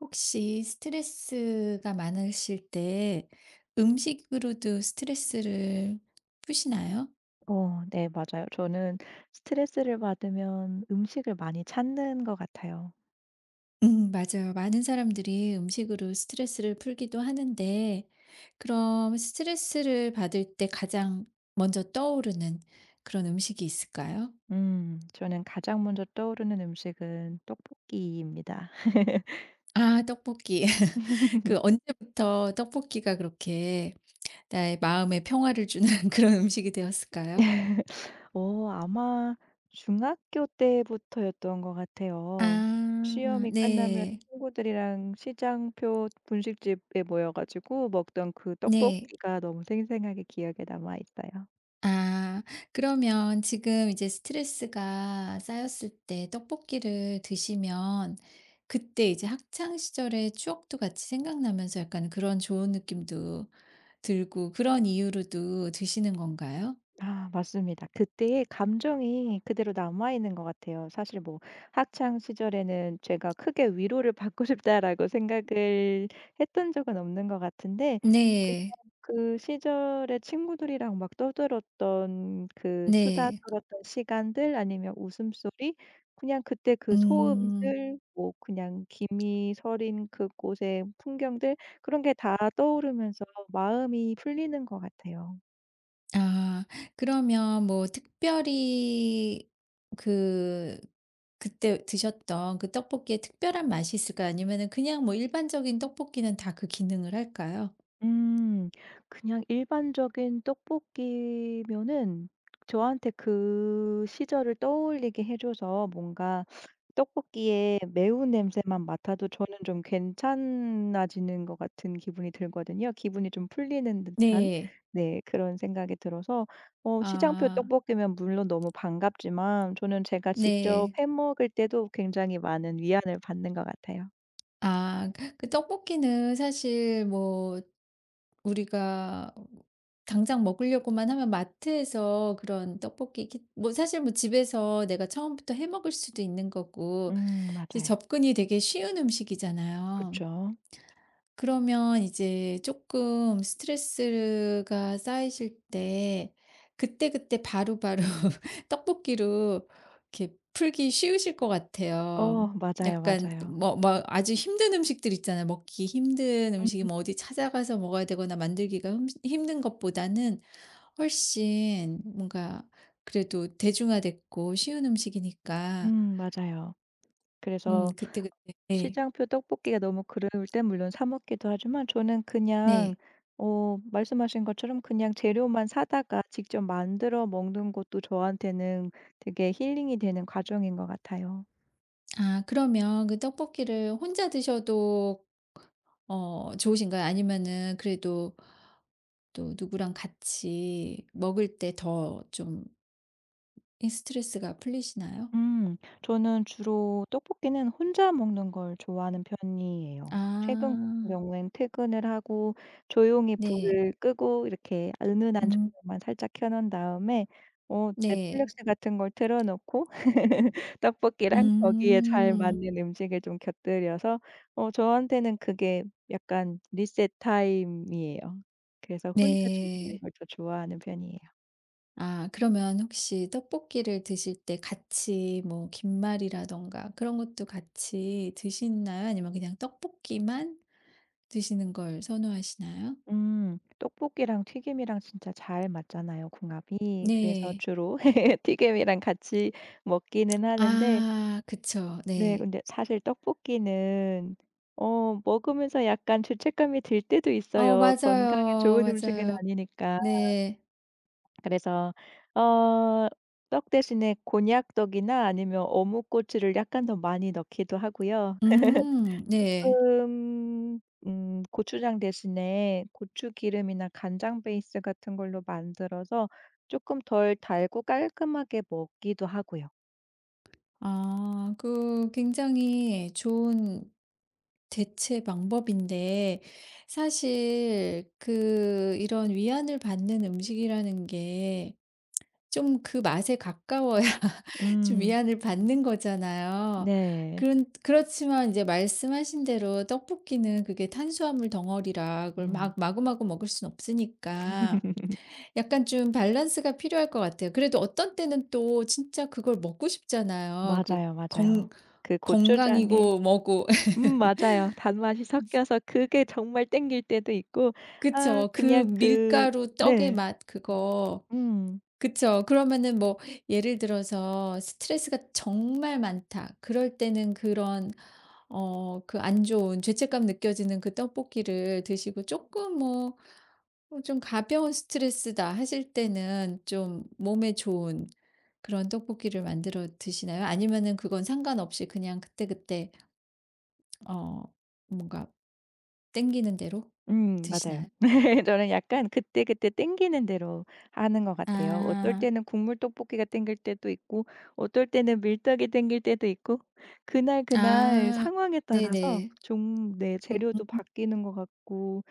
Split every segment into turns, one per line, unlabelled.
혹시 스트레스가 많으실 때 음식으로도 스트레스를 푸시나요?
네, 맞아요. 저는 스트레스를 받으면 음식을 많이 찾는 것 같아요.
맞아요. 많은 사람들이 음식으로 스트레스를 풀기도 하는데, 그럼 스트레스를 받을 때 가장 먼저 떠오르는 그런 음식이 있을까요?
저는 가장 먼저 떠오르는 음식은 떡볶이입니다.
아, 떡볶이. 그 언제부터 떡볶이가 그렇게 나의 마음에 평화를 주는 그런 음식이 되었을까요?
아마 중학교 때부터였던 것 같아요.
아,
시험이 끝나면
네.
친구들이랑 시장표 분식집에 모여 가지고 먹던 그
네.
떡볶이가 너무 생생하게 기억에 남아 있어요.
아, 그러면 지금 이제 스트레스가 쌓였을 때 떡볶이를 드시면 그때 이제 학창 시절의 추억도 같이 생각나면서 약간 그런 좋은 느낌도 들고 그런 이유로도 드시는 건가요?
아, 맞습니다. 그때의 감정이 그대로 남아 있는 것 같아요. 사실 뭐 학창 시절에는 제가 크게 '위로를 받고 싶다.'라고 생각을 했던 적은 없는 것 같은데, 그냥
네.
그 시절에 친구들이랑 막 떠들었던 그 수다
네.
떨었던 시간들 아니면 웃음소리, 그냥 그때 그
음.
소음들, 뭐 그냥 김이 서린 그곳의 풍경들, 그런 게 다 떠오르면서 마음이 풀리는 것 같아요.
아, 그러면 뭐 특별히 그 그때 드셨던 그 떡볶이에 특별한 맛이 있을까요? 아니면은 그냥 뭐 일반적인 떡볶이는 다 그 기능을 할까요?
음. 그냥 일반적인 떡볶이면은 저한테 그 시절을 떠올리게 해 줘서 뭔가 떡볶이의 매운 냄새만 맡아도 저는 좀 괜찮아지는 것 같은 기분이 들거든요. 기분이 좀 풀리는 듯한
네.
네, 그런 생각이 들어서, 시장표
아,
떡볶이면 물론 너무 반갑지만 저는 제가 직접
네.
해 먹을 때도 굉장히 많은 위안을 받는 것 같아요.
아, 그 떡볶이는 사실 뭐 우리가 당장 먹으려고만 하면 마트에서 그런 떡볶이 키 뭐 사실 뭐 집에서 내가 처음부터 해 먹을 수도 있는 거고 이제
맞아요.
접근이 되게 쉬운
그
음식이잖아요.
죠
그러면 이제 조금 스트레스가 쌓이실 때 그때그때 바로바로 떡볶이로 이렇게 풀기 쉬우실 것
어
같아요.
맞아요,
약간
맞아요.
뭐 뭐 아주 힘든 음식들 있잖아요. 먹기 힘든 음식이
음
뭐 어디 찾아가서 먹어야 되거나 만들기가 흠 힘든 것보다는 훨씬 뭔가 그래도 대중화됐고 쉬운 음식이니까
맞아요. 그래서
그때그때 네.
시장표 떡볶이가 너무 그리울 땐 물론 사 먹기도 하지만 저는 그냥,
네.
말씀하신 것처럼 그냥 재료만 사다가 직접 만들어 먹는 것도 저한테는 되게 힐링이 되는 과정인 것 같아요.
아, 그러면 그 떡볶이를 혼자 드셔도 어 좋으신가요? 아니면은 그래도 또 누구랑 같이 먹을 때 더 좀 스트레스가 풀리시나요?
저는 주로 떡볶이는 혼자 먹는 걸 좋아하는
아,
편이에요. 최근 같은 경우엔 퇴근을 하고 조용히
네.
불을 끄고 이렇게 은은한
음
조명만 살짝 켜 놓은 다음에,
네.
넷플릭스 같은 걸 틀어 놓고 떡볶이랑 거기에 잘
음
맞는 음식을 좀 곁들여서, 저한테는 그게 약간 리셋 타임이에요. 그래서 혼자 즐기는
네.
걸 더 좋아하는 편이에요.
아, 그러면 혹시 떡볶이를 드실 때 같이 뭐 김말이라든가 그런 것도 같이 드시나요? 아니면 그냥 떡볶이만 드시는 걸 선호하시나요?
음. 떡볶이랑 튀김이랑 진짜 잘 맞잖아요, 궁합이. 그래서
네.
주로 튀김이랑 같이 먹기는 하는데,
아, 그쵸.
네
네.
근데 사실 떡볶이는 먹으면서 약간 죄책감이 들 때도
어,
있어요, 건강에
맞아요,
좋은 음식은
맞아요.
아니니까.
네.
그래서 어 떡 대신에 곤약떡이나 아니면 어묵꼬치를 약간 더 많이 넣기도 하고요.
네.
쪼고추장 대신에 고추기름이나 간장 베이스 같은 걸로 만들어서 조금 덜 달고 깔끔하게 먹기도 하고요.
아, 그 굉장히 좋은 대체 방법인데 사실 그 이런 위안을 받는 음식이라는 게 좀 그 맛에 가까워야 좀
음.
위안을 받는 거잖아요.
네.
그런 그렇지만 이제 말씀하신 대로 떡볶이는 그게 탄수화물 덩어리라 그걸 막
음.
마구마구 먹을 순 없으니까 약간 좀 밸런스가 필요할 것 같아요. 그래도 어떤 때는 또 진짜 그걸 먹고 싶잖아요. 그
맞아요,
건
맞아요. 그 고추장에
건강이고 뭐고.
맞아요. 단맛이 섞여서 그게 정말 땡길 때도 있고 아
그쵸. 그
그냥 그
밀가루 떡의
네.
맛 그거.
음.
그쵸. 그러면은 뭐 예를 들어서 스트레스가 정말 많다. 그럴 때는 그런 어 그 안 좋은 죄책감 느껴지는 그 떡볶이를 드시고 조금 뭐 어 좀 가벼운 스트레스다 하실 때는 좀 몸에 좋은 그런 떡볶이를 만들어 드시나요? 아니면은 그건 상관없이 그냥 그때그때 어 뭔가 땡기는 대로
맞아요.
드시나요?
저는 약간 그때그때 땡기는 대로 하는 것 같아요. 어떨
아.
때는 국물 떡볶이가 땡길 때도 있고 어떨 때는 밀떡이 땡길 때도 있고, 그날 그날
아.
상황에 따라서
네네.
좀 네
음.
재료도 바뀌는 것 같고.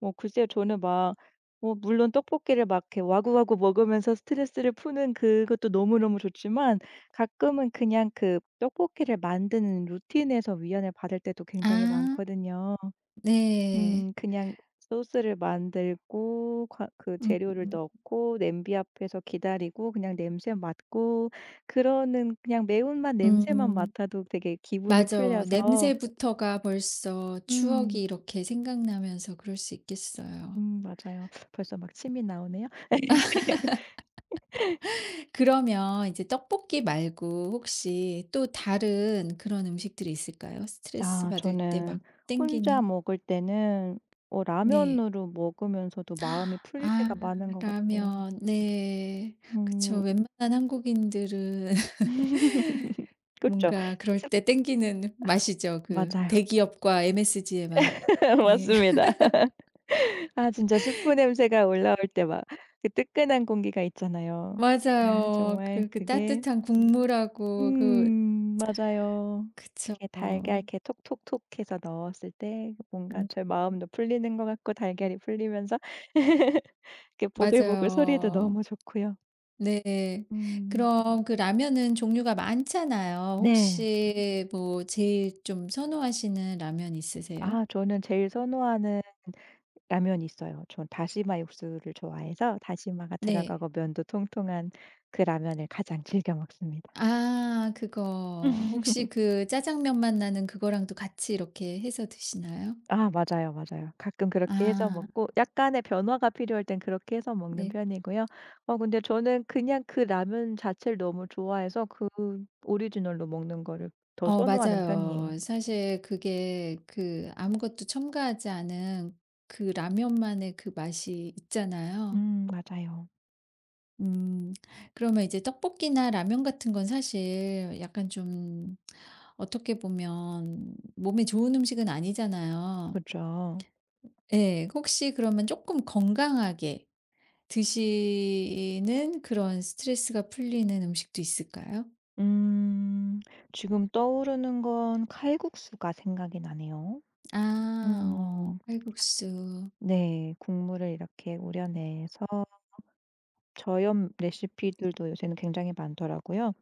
뭐 글쎄요, 저는 물론 떡볶이를 막 이렇게 와구와구 먹으면서 스트레스를 푸는 그것도 너무너무 좋지만 가끔은 그냥 그 떡볶이를 만드는 루틴에서 위안을 받을 때도 굉장히
아.
많거든요.
네.
그냥 소스를 만들고 과 그
음
재료를
음.
넣고 냄비 앞에서 기다리고 그냥 냄새 맡고, 그러는 그냥 매운맛 냄새만 맡아도 되게 기분이
맞아,
풀려서.
냄새부터가 벌써 추억이
음.
이렇게 생각나면서 그럴 수 있겠어요.
맞아요. 벌써 막 침이 나오네요.
그러면 이제 떡볶이 말고 혹시 또 다른 그런 음식들이 있을까요? 스트레스
아
받을 때
저는
막
혼자
땡기는?
먹을 때는
네.
라면으로 먹으면서도 마음이 풀릴 때가
아,
많은 것 같아요.
라면. 네. 그쵸.
음
웬만한 한국인들은
그렇
뭔가 그럴
습
때 땡기는 맛이죠. 그
맞아요.
대기업과 MSG의 맛. 예.
맞습니다. 아 진짜 수프 냄새가 올라올 때 막 그 뜨끈한 공기가 있잖아요. 아
맞아요.
정말
그 그
그게
따뜻한 국물하고 그
맞아요.
그쵸.
이렇게 달걀 이렇게 톡톡톡 해서 넣었을 때 뭔가
음
제 마음도 풀리는 것 같고, 달걀이 풀리면서 이렇게 보글보글 소리도
맞아요.
너무 좋고요.
네.
음.
그럼 그 라면은 종류가 많잖아요.
네.
혹시 뭐 제일 좀 선호하시는 라면 있으세요?
아 저는 제일 선호하는 라면이 있어요. 전 다시마 육수를 좋아해서 다시마가
네.
들어가고 면도 통통한 그 라면을 가장 즐겨 먹습니다.
아, 그거. 혹시 그 짜장면 맛 나는 그거랑도 같이 이렇게 해서 드시나요?
아 맞아요, 맞아요. 가끔 그렇게 해서
아,
먹고 약간의 변화가 필요할 땐 그렇게 해서 먹는
네.
편이고요. 어 근데 저는 그냥 그 라면 자체를 너무 좋아해서 그 오리지널로 먹는 거를 더
어,
선호하는 편이에요.
맞아요. 사실 그게 그 아무것도 첨가하지 않은 그 라면만의 그 맛이 있잖아요.
맞아요.
음. 그러면 이제 떡볶이나 라면 같은 건 사실 약간 좀 어떻게 보면 몸에 좋은 음식은 아니잖아요.
그죠.
예. 혹시 그러면 조금 건강하게 드시는 그런 스트레스가 풀리는 음식도 있을까요?
음 지금 떠오르는 건 칼국수가 생각이 나네요.
아, 어
음
칼국수.
네. 국물을 이렇게 우려내서 저염 레시피들도 요새는 굉장히 많더라고요.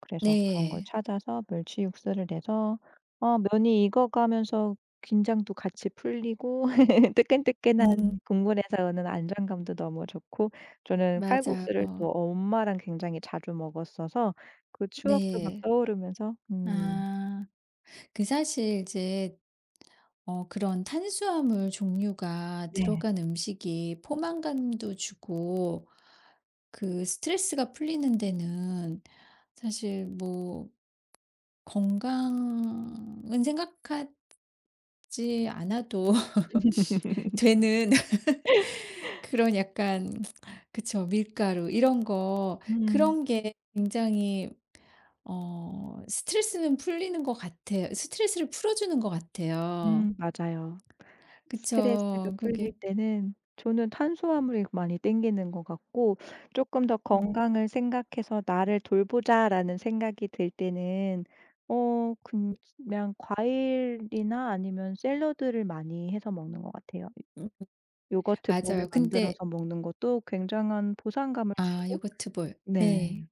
그래서 그런 걸
네.
찾아서 멸치 육수를 내서 면이 익어가면서 긴장도 같이 풀리고 뜨끈뜨끈한
음
국물에서 오는 안정감도 너무 좋고, 저는 칼국수를
맞아요.
또 엄마랑 굉장히 자주 먹었어서 그 추억도 막
네.
떠오르면서
아. 그 사실 이제 어 그런 탄수화물 종류가
네.
들어간 음식이 포만감도 주고 그 스트레스가 풀리는 데는 사실 뭐 건강은 생각하지 않아도 되는 그런 약간 그쵸. 밀가루 이런 거
음.
그런 게 굉장히 어 스트레스는 풀리는 것 같아요. 스트레스를 풀어주는 것 같아요.
맞아요. 스트레스가
그쵸.
풀릴
그게
때는 저는 탄수화물이 많이 땡기는 것 같고, 조금 더
음.
'건강을 생각해서 나를 돌보자.'라는 생각이 들 때는 어 그냥 과일이나 아니면 샐러드를 많이 해서 먹는 것 같아요.
음
요거트 볼을
맞아요. 근데
만들어서 먹는 것도 굉장한 보상감을
아
주고.
요거트 볼.
네.
네.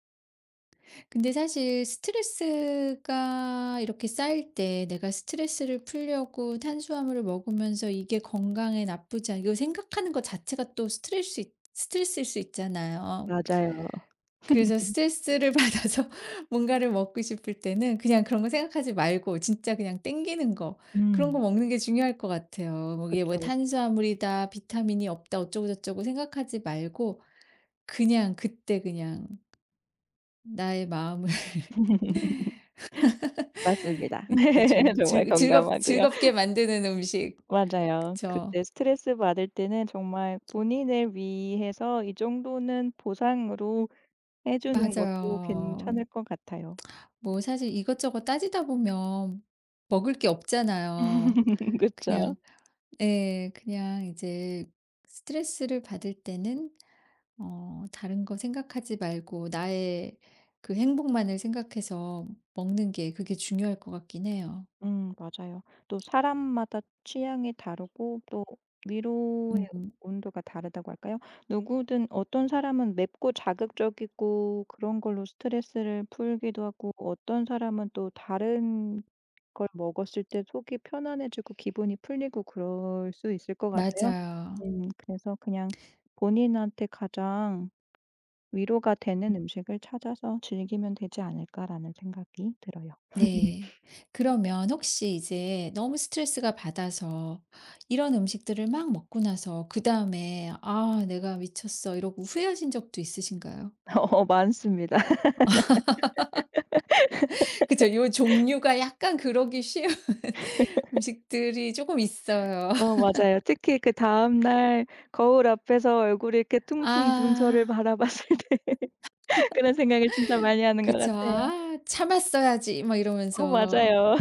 근데 사실 스트레스가 이렇게 쌓일 때 내가 스트레스를 풀려고 탄수화물을 먹으면서 이게 건강에 나쁘지 않 이거 생각하는 것 자체가 또 스트레스일 수 있잖아요.
맞아요.
그래서 스트레스를 받아서 뭔가를 먹고 싶을 때는 그냥 그런 거 생각하지 말고 진짜 그냥 땡기는 거 그런 거
음.
먹는 게 중요할 것 같아요. 뭐 이게 뭐
그쵸.
탄수화물이다 비타민이 없다 어쩌고저쩌고 생각하지 말고 그냥 그때 그냥 나의 마음을
맞습니다.
이렇게 좀
정말
즐 즐겁
건강하고요.
즐겁게 만드는 음식.
맞아요.
그쵸.
그때 스트레스 받을 때는 정말 본인을 위해서 이 정도는 보상으로 해 주는 것도
맞아요.
괜찮을 것 같아요.
뭐 사실 이것저것 따지다 보면 먹을 게 없잖아요.
그
그냥
죠
예. 그냥 이제 스트레스를 받을 때는 어 다른 거 생각하지 말고 나의 그 행복만을 생각해서 먹는 게 그게 중요할 것 같긴 해요.
맞아요. 또 사람마다 취향이 다르고 또 위로의
음
온도가 다르다고 할까요? 누구든 어떤 사람은 맵고 자극적이고 그런 걸로 스트레스를 풀기도 하고, 어떤 사람은 또 다른 그걸 먹었을 때 속이 편안해지고 기분이 풀리고 그럴 수 있을 것 같아요.
맞아요.
그래서 그냥 본인한테 가장 위로가 되는 음식을 찾아서 즐기면 되지 않을까라는 생각이 들어요.
네. 그러면 혹시 이제 너무 스트레스가 받아서 이런 음식들을 막 먹고 나서 그다음에 '아 내가 미쳤어.' 이러고 후회하신 적도 있으신가요?
어 많습니다.
그쵸. 요 종류가 약간 그러기 쉬운 음식들이 조금 있어요.
어 맞아요. 특히 그 다음날 거울 앞에서 얼굴이 이렇게 퉁퉁 분 저를
아,
바라봤을 때 그런 생각을 진짜 많이 하는 것
그쵸.
같아요.
'아 참았어야지.' 막
어
이러면서.
맞아요.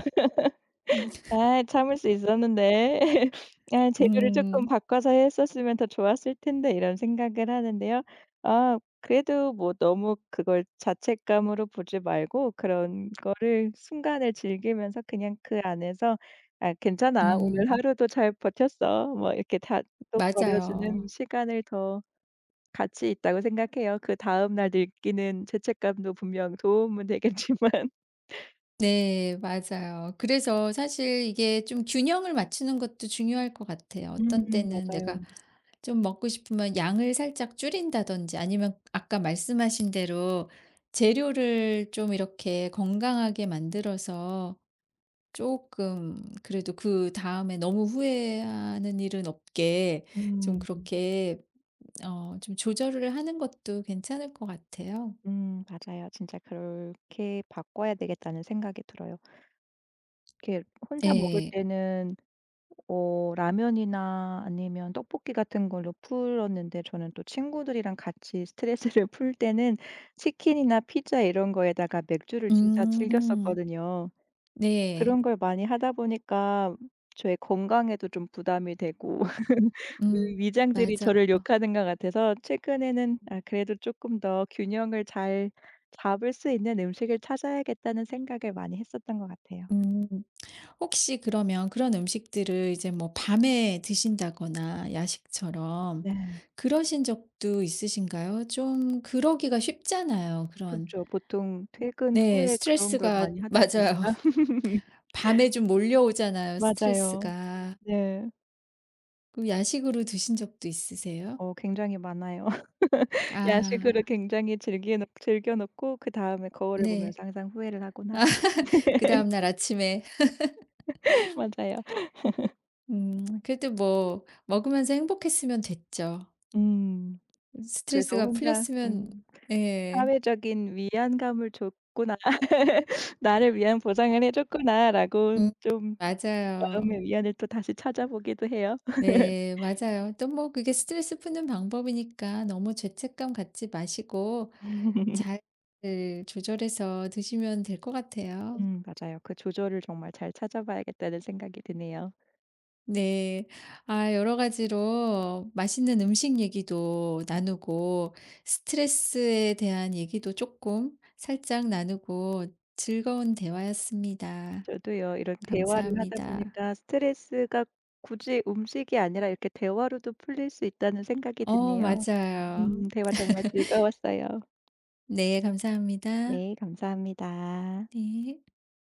음.
아 참을 수 있었는데 '아 재료를 조금
음.
바꿔서 했었으면 더 좋았을 텐데.' 이런 생각을 하는데요. 아 그래도 뭐 너무 그걸 자책감으로 보지 말고 그런 거를 순간을 즐기면서 그냥 그 안에서 '아 괜찮아. 오늘
음.
하루도 잘 버텼어.' 뭐 이렇게 다독거려 주는
맞아요.
시간을 더 가치 있다고 생각해요. 그다음 날 느끼는 죄책감도 분명 도움은 되겠지만.
네 맞아요. 그래서 사실 이게 좀 균형을 맞추는 것도 중요할 것 같아요. 어떤 때는
맞아요.
내가 좀 먹고 싶으면 양을 살짝 줄인다든지 아니면 아까 말씀하신 대로 재료를 좀 이렇게 건강하게 만들어서 조금 그래도 그다음에 너무 후회하는 일은 없게 좀
음.
그렇게 어 좀 조절을 하는 것도 괜찮을 것 같아요.
맞아요. 진짜 그렇게 바꿔야 되겠다는 생각이 들어요. 이렇게 혼자 먹을
네.
때는 라면이나 아니면 떡볶이 같은 걸로 풀었는데, 저는 또 친구들이랑 같이 스트레스를 풀 때는 치킨이나 피자 이런 거에다가 맥주를 진짜
음.
즐겼었거든요.
네.
그런 걸 많이 하다 보니까 저의 건강에도 좀 부담이 되고
음.
위 위장들이
맞아요.
저를 욕하는 것 같아서 최근에는 '아 그래도 조금 더 균형을 잘 잡을 수 있는 음식을 찾아야겠다.'는 생각을 많이 했었던 것 같아요.
음. 혹시 그러면 그런 음식들을 이제 뭐 밤에 드신다거나 야식처럼
네.
그러신 적도 있으신가요? 좀 그러기가 쉽잖아요.
그
그런
죠 보통 퇴근
네.
후에 그런 걸
스트레스가
많이 하다
맞아요.
보니까.
밤에 좀 몰려오잖아요,
맞아요.
스트레스가.
네.
그럼 야식으로 드신 적도 있으세요?
어 굉장히 많아요. 야식으로
아.
굉장히 즐기 즐겨 놓고 그다음에 거울을
네.
보면서 항상 후회를 하곤 하죠.
아, 그다음 날 아침에
맞아요.
그래도 뭐 먹으면서 행복했으면 됐죠.
음. 그래서
스트레스가
혼자
풀렸으면 예.
'사회적인 위안감을 줬구나. 나를 위한 보상을 해 줬구나.'라고
음.
좀
맞아요.
마음의 위안을 또 다시 찾아보기도 해요.
네 맞아요. 또 뭐 그게 스트레스 푸는 방법이니까 너무 죄책감 갖지 마시고 잘 그 조절해서 드시면 될 것 같아요.
맞아요. 그 조절을 정말 잘 찾아봐야겠다는 생각이 드네요.
네. 아 여러 가지로 맛있는 음식 얘기도 나누고 스트레스에 대한 얘기도 조금 살짝 나누고 즐거운 대화였습니다.
저도요. 이런 대화를 하다
감사합니다.
보니까 스트레스가 굳이 음식이 아니라 이렇게 대화로도 풀릴 수 있다는 생각이
어
드네요.
맞아요.
대화 정말 즐거웠어요.
네 감사합니다.
네, 감사합니다.
네.